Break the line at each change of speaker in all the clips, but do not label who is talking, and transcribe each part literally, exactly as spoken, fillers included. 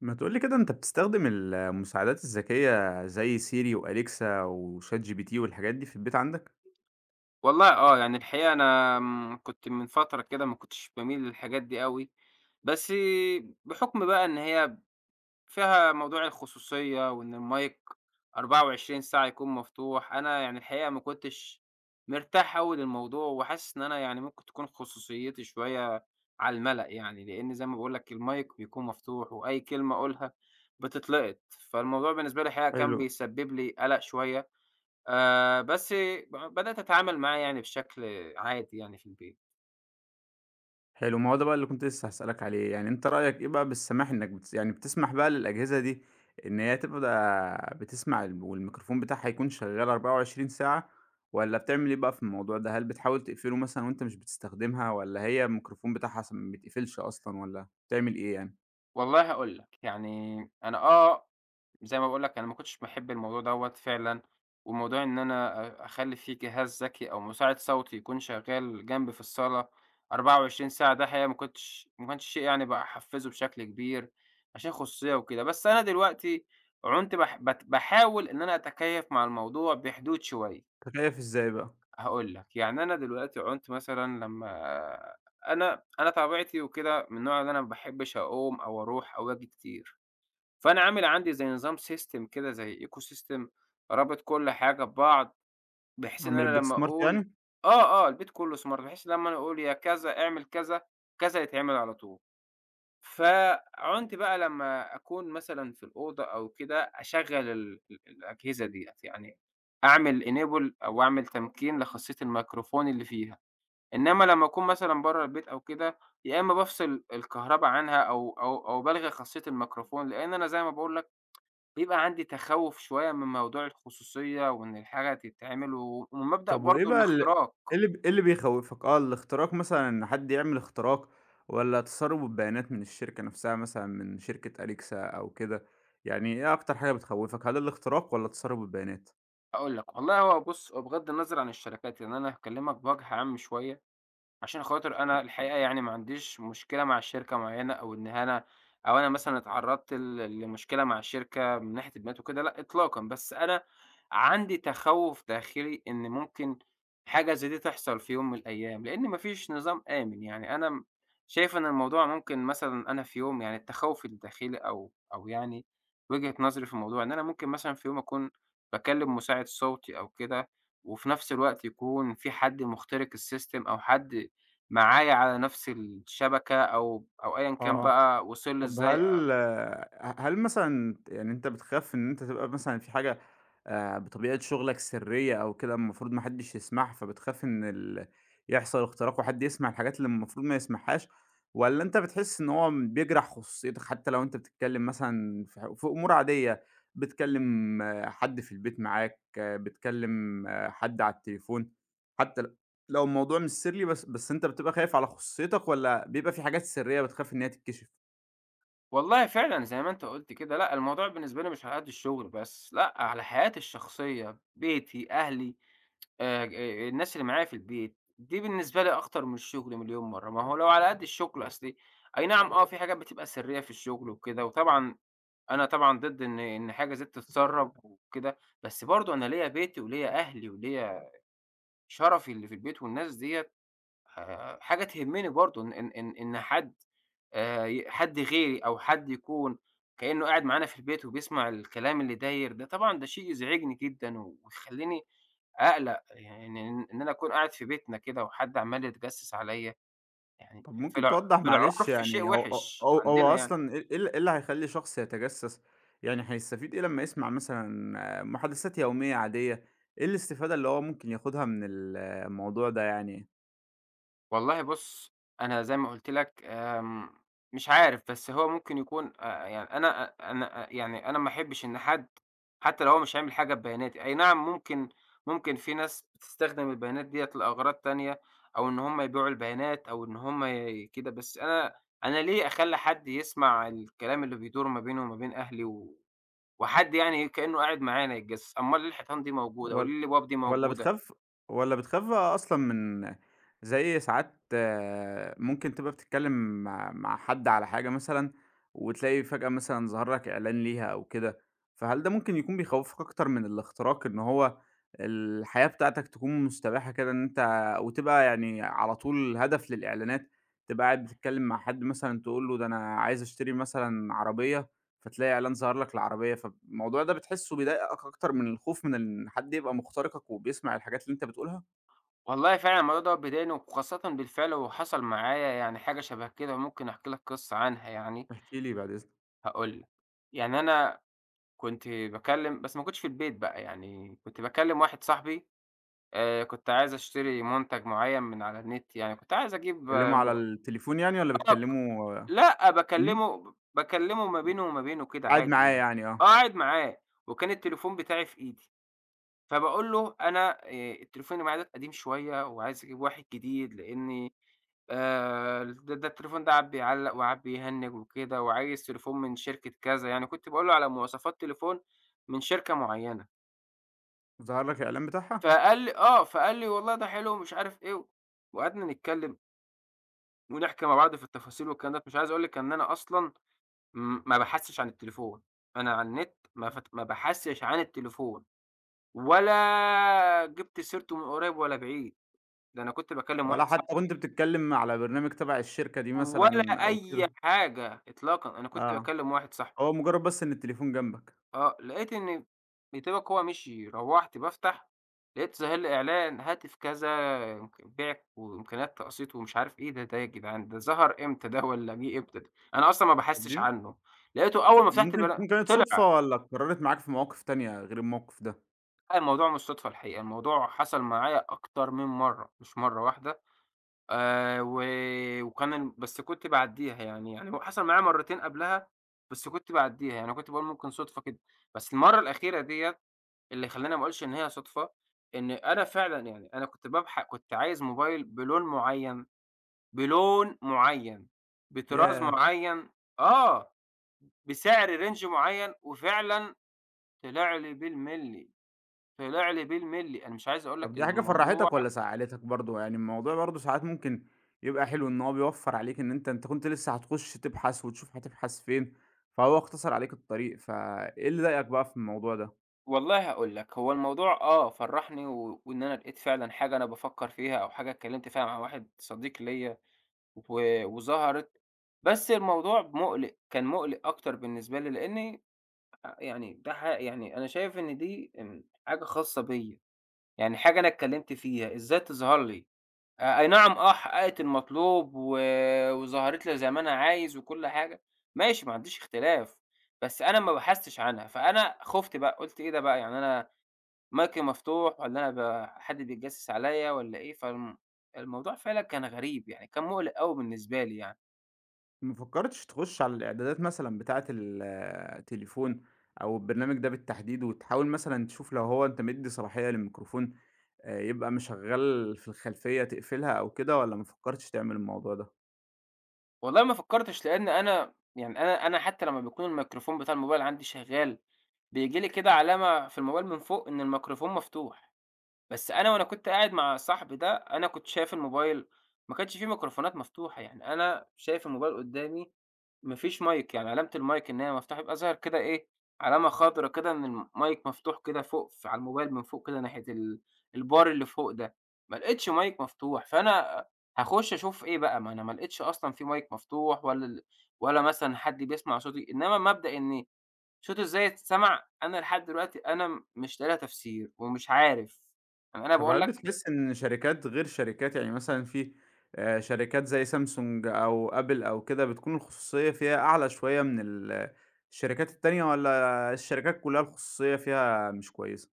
ما تقول لي كده أنت بتستخدم المساعدات الذكية زي سيري وأليكسا وشات جي بي تي والحاجات دي في البيت عندك؟
والله آه، يعني الحقيقة أنا آمم، كنت من فترة كده ما كنتش باميل للحاجات دي أوي، بس بحكم بقى إن هي فيها موضوع الخصوصية وإن المايك أربعة وعشرين ساعة يكون مفتوح، أنا يعني الحقيقة ما كنتش مرتاح أوي للموضوع، وحاسس إن أنا يعني ممكن تكون خصوصيتي شوية على المَلأ يعني، لإن زي ما باقول لك المايك بيكون مفتوح وأي كلمة أقولها بتتلقط، فالموضوع بالنسبة لي الحقيقة كان
حلو.
بيسبب لي قلق شوية. آآ بس ب بدأت أتعامل معاه يعني بشكل عادي يعني في البيت.
حلو، ما هو ده بقى اللي كنت لسه هاسألك عليه. يعني أنت رأيك إيه بقى بالسماح إنك بتس يعني بتسمح بقى للأجهزة دي إن هي تبقى بتسمع ال والميكروفون بتاعها يكون شغال أربعة وعشرين ساعة، والّا بتعمل إيه بقى في الموضوع ده؟ هل بتحاول تقفله مثلًا وأنت مش بتستخدمها، والّا هي الميكروفون بتاعها س ما بيتقفلش أصلًا، والّا بتعمل إيه يعني؟
والله هاقول لك، يعني أنا آه، زي ما باقول لك أنا ما كنتش باحب الموضوع دوّة فعلًا، وموضوع إن أنا أ أخلّي في جهاز ذكي أو مساعد صوتي يكون شغال جنبي في الصالة أربعة وعشرين ساعة، ده حقيقة ما كنتش ما كانش شيء يعني باحفّزه بشكل كبير عشان خصوصية وكده. بس أنا دلوقتي عُنت باح بت باحاول إن أنا أتكيّف مع الموضوع بحدود شوية.
أنت شايف إزاي بقى؟
هاقول لك، يعني أنا دلوقتي عُنت مثلًا لمّا أنا أنا طبيعتي وكده من النوع اللي أنا ما باحبش أقوم أو أروح أو آجي كتير، فأنا عامل عندي زي نظام system كده زي eco system رابط كل حاجة ببعض، بحيث إن
أعمل
أنا
البيت
لمّا
سمارت
أقول
يعني؟
آه، آه، البيت كله smart بحيث لمّا أنا أقول يا كذا اعمل كذا، كذا يتعمل على طول. فعنت بقى لمّا أكون مثلًا في الأوضة أو كده أشغّل ال ال الأجهزة ديّة، يعني أعمل enable أو أعمل تمكين لخاصية الميكروفون اللي فيها، إنّما لمّا أكون مثلًا برّه البيت أو كده، يا إمّا بافصل الكهربا عنها أو أو أو بالغي خاصية الميكروفون، لإن أنا زي ما باقول لك بيبقى عندي تخوّف شوية من موضوع الخصوصية وإن الحاجة تتعمل و ومن مبدأ
طب وإيه
برضه
بقى ال
الاختراق.
إيه اللي ب إيه اللي بيخوّفك؟ آه، الاختراق مثلًا، إن حد يعمل اختراق، والّا تسرب البيانات من الشركة نفسها مثلًا، من شركة أليكسا أو كده. يعني إيه أكتر حاجة بتخوّفك، هل الاختراق والّا تسرب البيانات؟
هاقول لك، والله هو بُص، هو بغض النظر عن الشركات، لإن أنا هاكلّمك بوجه عام شوية. عشان خاطر أنا الحقيقة يعني ما عنديش مشكلة مع شركة معيّنة أو إن أنا أو أنا مثلًا اتعرّضت ل لمشكلة مع شركة من ناحية البيانات وكده لأ إطلاقًا، بس أنا عندي تخوُّف داخلي إن ممكن حاجة زي دي تحصل في يوم من الأيام، لإن ما فيش نظام آمن، يعني أنا م شايف إن الموضوع ممكن مثلًا أنا في يوم يعني التخوُّف الداخلي أو أو يعني وجهة نظري في الموضوع إن أنا ممكن مثلًا في يوم أكون باكلّم مساعد صوتي أو كده، وفي نفس الوقت يكون في حد مخترق السيستم أو حد معايا على نفس الشبكة أو أو أيًا كان
آه.
بقى وصل له
طب
إزاي أ.
هل ه هل مثلًا يعني أنت بتخاف إن أنت تبقى مثلًا في حاجة آآ بطبيعة شغلك سرية أو كده المفروض ما حدش يسمعها، فبتخاف إن ال يحصل اختراق وحد يسمع الحاجات اللي المفروض ما يسمعهاش، والّا أنت بتحس إن هو بيجرح خصوصيتك حتى لو أنت بتتكلم مثلًا في ح في أمور عادية، بتكلم آه، حد في البيت معاك، آه، بتكلم آه، حد على التليفون، حتى ل لو الموضوع مش سري، بس بس أنت بتبقى خايف على خصوصيتك، والّا بيبقى في حاجات سرية بتخاف إن هي تتكشف؟
والله فعلًا زي ما أنت قُلت كده، لأ الموضوع بالنسبة لي مش على قد الشغل بس، لأ على حياتي الشخصية، بيتي، أهلي، آآ آآ الناس اللي معايا في البيت، دي بالنسبة لي أخطر من الشغل مليون مرّة، ما هو لو على قد الشغل أصلي أي نعم آه في حاجات بتبقى سرية في الشغل وكده، وطبعًا أنا طبعًا ضد إن إن حاجة زي تتسرّب وكده، بس برضه أنا ليّا بيتي وليّا أهلي وليّا شرفي اللي في البيت والناس ديّة آآ حاجة تهمّني برضه إن إن إن إن حد آآ ي حد غيري أو حد يكون كإنّه قاعد معانا في البيت وبيسمع الكلام اللي داير ده، طبعًا ده شيء يزعجني جدًا ويخلّيني أقلق، يعني إن إن أنا أكون قاعد في بيتنا كده وحد عمّال يتجسّس عليّا، يعني
طب
في
ممكن
الع
توضّح
في
معلش،
العُرف شيء
يعني هو هو
وِحِش
هو هو
عندنا يعني.
أصلًا إيه إيه ال إيه اللي هيخلّي شخص يتجسّس؟ يعني هيستفيد إيه لمّا يسمع مثلًا آه، محادثات يومية عادية؟ إيه الاستفادة اللي هو ممكن ياخدها من الموضوع ده يعني؟
والله بُص، أنا زي ما قُلت لك، آمم، مش عارف، بس هو ممكن يكون آآ، يعني أنا أ أنا أ يعني أنا ما أحبّش إن حد حتى لو هو مش هيعمل حاجة ببياناتي، أي نعم ممكن ممكن في ناس بتستخدم البيانات ديّة لأغراض تانية، أو إن هُم يبيعوا البيانات أو إن هُم ي كده، بس أنا أنا ليه أخلّي حد يسمع الكلام اللي بيدور ما بيني وما بين أهلي و وحد يعني كإنه قاعد معانا يتجسس، أمّال ليه الحيطان دي موجودة
و
وليه الأبواب دي
والّا
موجودة؟
بتخاف والّا بتخاف أصلًا من زي ساعات آه، ممكن تبقى بتتكلم مع مع حد على حاجة مثلًا، وتلاقي فجأة مثلًا ظهر لك إعلان ليها أو كده، فهل ده ممكن يكون بيخوّفك أكتر من الاختراق، إن هو الحياة بتاعتك تكون مستباحة كده، إن أنت وتبقى يعني على طول هدف للإعلانات، تبقى قاعد بتتكلم مع حد مثلًا تقول له ده أنا عايز أشتري مثلًا عربية، فتلاقي إعلان ظهر لك العربية، فالموضوع ده بتحسّه بيضايقك أكتر من الخوف من إن حد يبقى مخترقك وبيسمع الحاجات اللي أنت بتقولها؟
والله فعلًا الموضوع دوّة بيضايقني وخاصةً بالفعل وحصل معايا يعني حاجة شبه كده ممكن أحكي لك قصة عنها يعني،
احكِ لي بعد إذنك.
هاقول لك. يعني أنا كنت باكلّم بس ما كنتش في البيت بقى يعني كنت باكلّم واحد صاحبي، آآ، كنت عايز أشتري منتج معيّن من على النت يعني كنت عايز أجيب آه،
بتتكلموا على
م
التليفون يعني والّا
آه،
بتكلموا؟
لأ
إمم،
باكلّمه باكلّمه ما بينه وما بينه كده
قاعد
عادي
معاه
يعني،
يعني
آه
آه.
قاعد معاه، وكان التليفون بتاعي في إيدي. فباقول له: "أنا آآ التليفون اللي معايا ده قديم شوية وعايز أجيب واحد جديد لإني آآ د ده التليفون ده قعد بيعلّق وقعد بيهنِّج وكده وعايز تليفون من شركة كذا." يعني كنت باقول له على مواصفات تليفون من شركة معيّنة.
ظهر لك الإعلان بتاعها؟
فقال لي آه. فقال لي: "والله ده حلو." ومش عارف إيه و وقعدنا نتكلّم ونحكي مع بعض في التفاصيل والكلام ده. مش عايز أقول لِك إن أنا أصلًا م ما بابحثش عن التليفون. أنا على النت ما فت ما بابحثش عن التليفون ولا جِبت سيرته من قريب ولا بعيد. ده أنا كنت باكلّم
ولا
واحد
حتى
صاحبي،
وأنت بتتكلم على برنامج تبع الشركة دي
ولا
مثلًا أو
أي
كده؟
حاجة إطلاقًا، أنا كنت
آه،
باكلّم واحد صاحبي،
هو مجرد بس إن التليفون جنبك.
آه، لقيت إن بتبعك هو مشي، روّحت بافتح لقيت ظاهر لي إعلان هاتف كذا إمك بيعِك وإمكانيات تقسيط ومش عارف إيه ده، ده يا جدعان ده ظهر إمتى ده والّا جِه إمتى ده؟ أنا أصلًا ما
طب
باحسّش
دي
عنّه، لقيته أول ما فتحت
ممكن
بلا
تكون كانت
طلع.
صدفة، والّا اتكررت معاك في مواقف تانية غير الموقف ده؟
لأ الموضوع مش صدفة الحقيقة، الموضوع حصل معايا أكتر من مرّة، مش مرّة واحدة. آآ و وكان ال بس كنت باعدّيها يعني، يعني هو حصل معايا مرّتين قبلها، بس كنت باعدّيها، يعني كنت باقول ممكن صُدفة كده، بس المَرّة الأخيرة ديّة اللي خلّاني ما أقولش إن هي صُدفة، إن أنا فعلًا يعني أنا كنت بابح كنت عايز موبايل بلون معيّن، بلون معيّن، بطراز
ياه!
معيّن، آه، بسعر رينج معيّن وفعلًا طلع لي بالمِلّي، طلع لي بالمِلّي، أنا مش عايز أقول
طب
لك إن
دي حاجة
الموضوع.
فرّحتك والّا زعّلتك برضه؟ يعني الموضوع برضه ساعات ممكن يبقى حلو إن هو بيوفّر عليك، إن أنت أنت كنت لسه هتخُش تبحث وتشوف هتبحث فين، فهو اختصر عليك الطريق، فإيه اللي ضايقك بقى في الموضوع ده؟
والله هاقول لك، هو الموضوع آه فرّحني و وإن أنا لقيت فعلًا حاجة أنا بافكّر فيها أو حاجة اتكلّمت فيها مع واحد صديق ليّا و وظهرت، بس الموضوع مُقلِق، كان مُقلِق أكتر بالنسبة لي لإنّي أ يعني ده ح يعني أنا شايف إن دي إمم حاجة خاصة بيّا، يعني حاجة أنا اتكلّمت فيها إزاي تظهر لي؟ أ أي نعم آه حقّقت المطلوب و وظهرت لي زي ما أنا عايز وكل حاجة، ماشي ما عنديش اختلاف، بس أنا ما بحثتش عنها، فأنا خُفت بقى قُلت إيه ده بقى يعني أنا مايكي مفتوح والّا أنا ب حد بيتجسس عليَّ والّا إيه، فالم الموضوع فعلًا كان غريب، يعني كان مُقلق أوي بالنسبة لي يعني.
ما فكّرتش تخُش على الإعدادات مثلًا بتاعة التليفون أو البرنامج ده بالتحديد، وتحاول مثلًا تشوف لو هو أنت مدّي صلاحية للميكروفون، آآ يبقى مشغّل في الخلفية تقفلها أو كده، والّا ما فكّرتش تعمل الموضوع ده؟
والله ما فكّرتش لإن أنا يعني أنا أنا حتى لمّا بيكون الميكروفون بتاع الموبايل عندي شغّال، بييجي لي كده علامة في الموبايل من فوق إن الميكروفون مفتوح، بس أنا وأنا كنت قاعد مع صاحبي ده، أنا كنت شايف الموبايل ما كانش في ميكروفونات مفتوحة، يعني أنا شايف الموبايل قُدّامي ما فيش مايك، يعني علامة المايك إن هي مفتوحة يبقى ظاهر كده إيه، علامة خضرا كده إن المايك مفتوح كده فوق ف على الموبايل من فوق كده ناحية ال البار اللي فوق ده، ما لقيتش مايك مفتوح، فأنا هاخش أشوف إيه بقى، ما أنا ما لقيتش أصلًا في مايك مفتوح ولا ال ولا مثلًا حد بيسمع صوتي، إنما مبدأ إن صوتي إزاي يتسمع، أنا لحد دلوقتي أنا م مش لاقي لها تفسير ومش عارف، يعني أنا
طب
باقول
هل
لك.
بتحس إن شركات غير شركات، يعني مثلًا في آآ، شركات زي سامسونج أو آبل أو كده، بتكون الخصوصية فيها أعلى شوية من ال الشركات التانية، والّا الشركات كلها الخصوصية فيها مش كويسة؟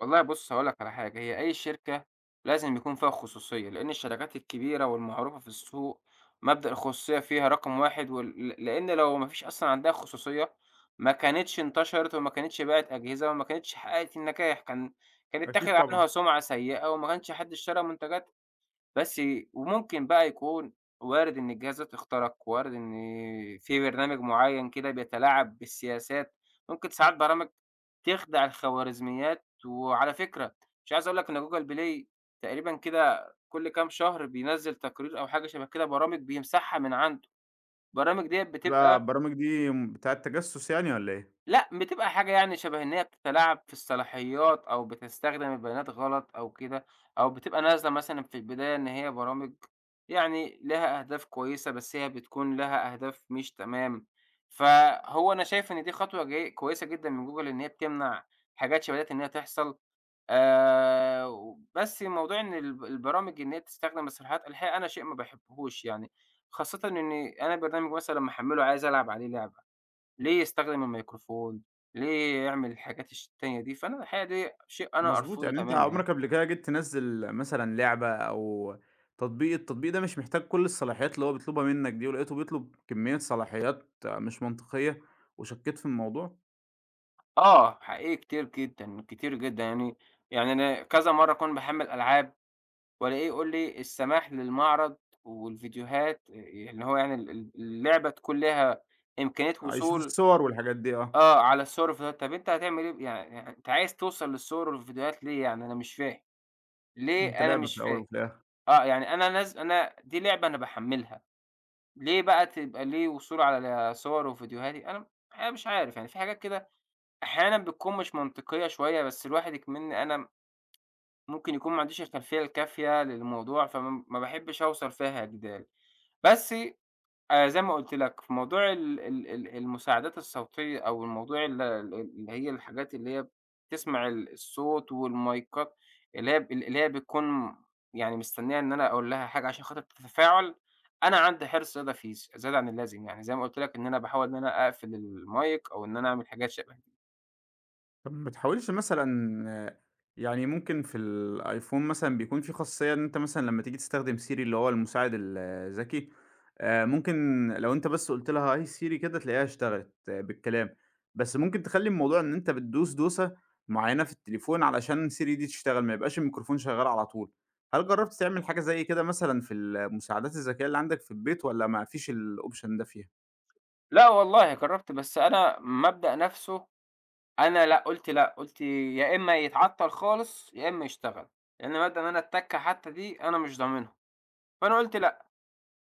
والله بُص هاقول لك على حاجة، هي أي شركة لازم يكون فيها خصوصية، لإن الشركات الكبيرة والمعروفة في السوق مبدأ الخصوصية فيها رقم واحد وال ل لإن لو ما فيش أصلًا عندها خصوصية ما كانتش انتشرت وما كانتش باعت أجهزة وما كانتش حققت النجاح، كان كان اتاخد
أكيد طبعًا.
عنها سُمعة سيئة وما كانش حد اشترى منتجاتها. بس وممكن بقى يكون وارد إن الجهازات اخترق، وارد إن في برنامج معيّن كده بيتلاعب بالسياسات، ممكن ساعات برامج تخدع الخوارزميات، وعلى فكرة مش عايز أقول لك إن Google Play تقريبًا كده كل كام شهر بينزّل تقرير أو حاجة شبه كده برامج بيمسحها من عنده، البرامج ديّة
بتبقى
بتبقى
البرامج دي بتاعة تجسس يعني والّا إيه؟
لأ، بتبقى حاجة يعني شبه إن هي بتتلاعب في الصلاحيات أو بتستخدم البيانات غلط أو كده، أو بتبقى نازلة مثلًا في البداية إن هي برامج يعني لها أهداف كويسة، بس هي بتكون لها أهداف مش تمام. فهو أنا شايف إن دي خطوة جي كويسة جدًا من Google إن هي بتمنع حاجات شبه ديّة إن هي تحصل، آآ، وبس موضوع إن الب البرامج إن هي تستخدم الصلاحيات الحقيقة أنا شيء ما باحبهوش يعني، خاصةً إن أنا برنامج مثلًا لمّا أحمّله عايز ألعب عليه لعبة. ليه يستخدم الميكروفون، ليه يعمل الحاجات الش التانية دي، فأنا الحقيقة دي شيء أنا
مضبوط.
أرفضه
يعني أنت
تمامًا يعني.
عمرك قبل كده جيت تنزّل مثلًا لعبة أو تطبيق، التطبيق ده مش محتاج كل الصلاحيات اللي هو بيطلبها منك دي، ولقيته بيطلب كمية صلاحيات آه، مش منطقية، وشكيت في الموضوع؟
آه، حقيقي كتير جدًا، كتير جدًا يعني يعني أنا كذا مرّة أكون باحمّل ألعاب وألاقيه يقول لي السماح للمعرض والفيديوهات آآ اللي هو يعني ال ال اللعبة تكون ليها إمكانية
آه، يشوف
وصول
الصور والحاجات دي آه،
آه، على الصور والفيديوهات، طَب أنت هتعمل إيه ب يعني يعني أنت عايز توصل للصور والفيديوهات ليه يعني أنا مش فاهم، ليه
أنت
أنا
لعبة في
مش
الأول
فاهم،
وفي الآخر.
آه، يعني أنا نازل أنا دي لعبة أنا باحمّلها. ليه بقى تبقى ليه وصول على صور وفيديوهاتي؟ أنا أنا مش عارف، يعني في حاجات كده أحيانًا بتكون مش منطقية شوية، بس الواحد إكمنّي أنا ممكن يكون ما عنديش الخلفية الكافية للموضوع، فما ما باحبش أوصل فيها جدال. بس آآ زي ما قُلت لك، في موضوع ال ال ال المساعدات الصوتية أو الموضوع ال ال اللي هي الحاجات اللي هي بتسمع ال الصوت والمايكات اللي هي ب اللي هي بتكون يعني مستنية إن أنا أقول لها حاجة عشان خاطر تتفاعل، أنا عندي حرص زيادة في ز زيادة عن اللازم، يعني زي ما قُلت لك إن أنا باحاول إن أنا أقفل المايك أو إن أنا أعمل حاجات شبه دي.
طب ما بتحاولش مثلًا آه، يعني ممكن في الأيفون مثلًا بيكون في خاصية، إن أنت مثلًا لمّا تيجي تستخدم سيري اللي هو المساعد الذكي، آآ ممكن لو أنت بس قُلت لها هاي سيري كده تلاقيها اشتغلت آه، بالكلام، بس ممكن تخلّي الموضوع إن أنت بتدوس دوسة معيّنة في التليفون علشان سيري دي تشتغل، ما يبقاش الميكروفون شغال على طول. هل جرّبت تعمل حاجة زي كده مثلًا في المساعدات الذكية اللي عندك في البيت، والّا ما فيش الoption ده فيها؟
لأ والله جرّبت، بس أنا مبدأ نَفْسه أنا لأ، قُلت لأ، قُلت يا إمّا يتعطّل خالص، يا إمّا يشتغل، لإن مبدأ إن أنا التَّكّة حتى دي أنا مش ضامنها. فأنا قُلت لأ،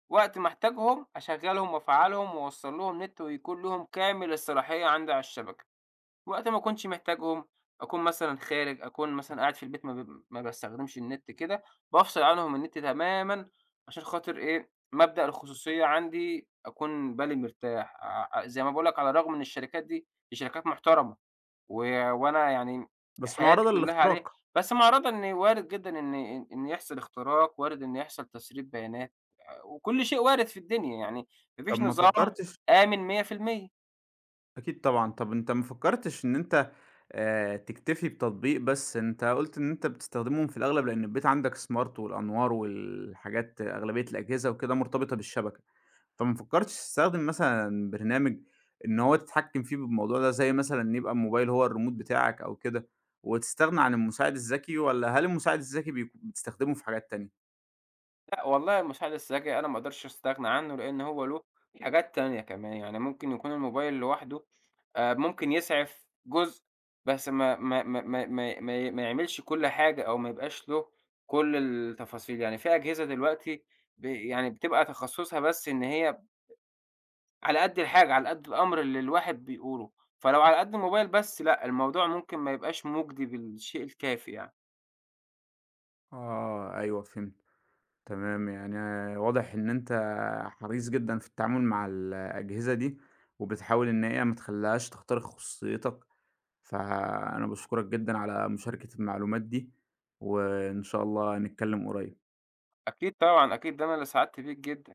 وقت ما احتاجهم أشغّلهم وأفعّلهم وأوصّل لهم نت ويكون لهم كامل الصلاحية عندي على الشبكة، وقت ما أكونش محتاجهم أكون مثلًا خارج، أكون مثلًا قاعد في البيت ما ب ما باستخدمش النت كده، بافصل عنهم النت تمامًا عشان خاطر إيه، مبدأ الخصوصية عندي أكون بالي مرتاح، ع ع- زي ما باقول لك على الرغم إن الشركات دي دي شركات محترمة. و وأنا يعني
بس
حياتي
معرضة
كلّها عليه،
للاختراق.
بس مع رضا إن وارد جدًا إن إن إن يحصل اختراق، وارد إن يحصل تسريب بيانات، آآ وكل شيء وارد في الدنيا، يعني ما
طب
فيش
ما
نظام
فكّرتش
آمن مية في المية.
أكيد طبعًا. طب أنت ما فكّرتش إن أنت آآ تكتفي بتطبيق بس، أنت قُلت إن أنت بتستخدمهم في الأغلب لإن البيت عندك smart، والأنوار والحاجات أغلبية الأجهزة وكده مرتبطة بالشبكة، فما فكّرتش تستخدم مثلًا برنامج إن هو تتحكّم فيه بالموضوع ده، زي مثلًا يبقى الموبايل هو الريموت بتاعك أو كده، وتستغنى عن المساعد الذكي، والّا هل المساعد الذكي بيك بتستخدمه في حاجات تانية؟
لأ والله المشاهد الذكية أنا ما اقدرش أستغنى عنه، لإن هو له حاجات تانية كمان، يعني ممكن يكون الموبايل لوحده آآ ممكن يسعف جزء بس ما ما ما ما ما ما ما يعملش كل حاجة أو ما يبقاش له كل التفاصيل، يعني في أجهزة دلوقتي ب يعني بتبقى تخصُّصها بس إن هي على قد الحاجة، على قد الأمر اللي الواحد بيقوله، فلو على قد الموبايل بس لأ، الموضوع ممكن ما يبقاش مُجدي بالشيء الكافي يعني.
آه، أيوه فهمت. تمام. يعني واضح إن أنت حريص جدًا في التعامل مع الأجهزة دي، وبتحاول إن هي ما تخليهاش تخترق خصوصيتك، فأنا باشكرك جدًا على مشاركة المعلومات دي، وإن شاء الله نتكلم قريب.
أكيد طبعًا، أكيد ده أنا اللي سعدت بيك جدًا.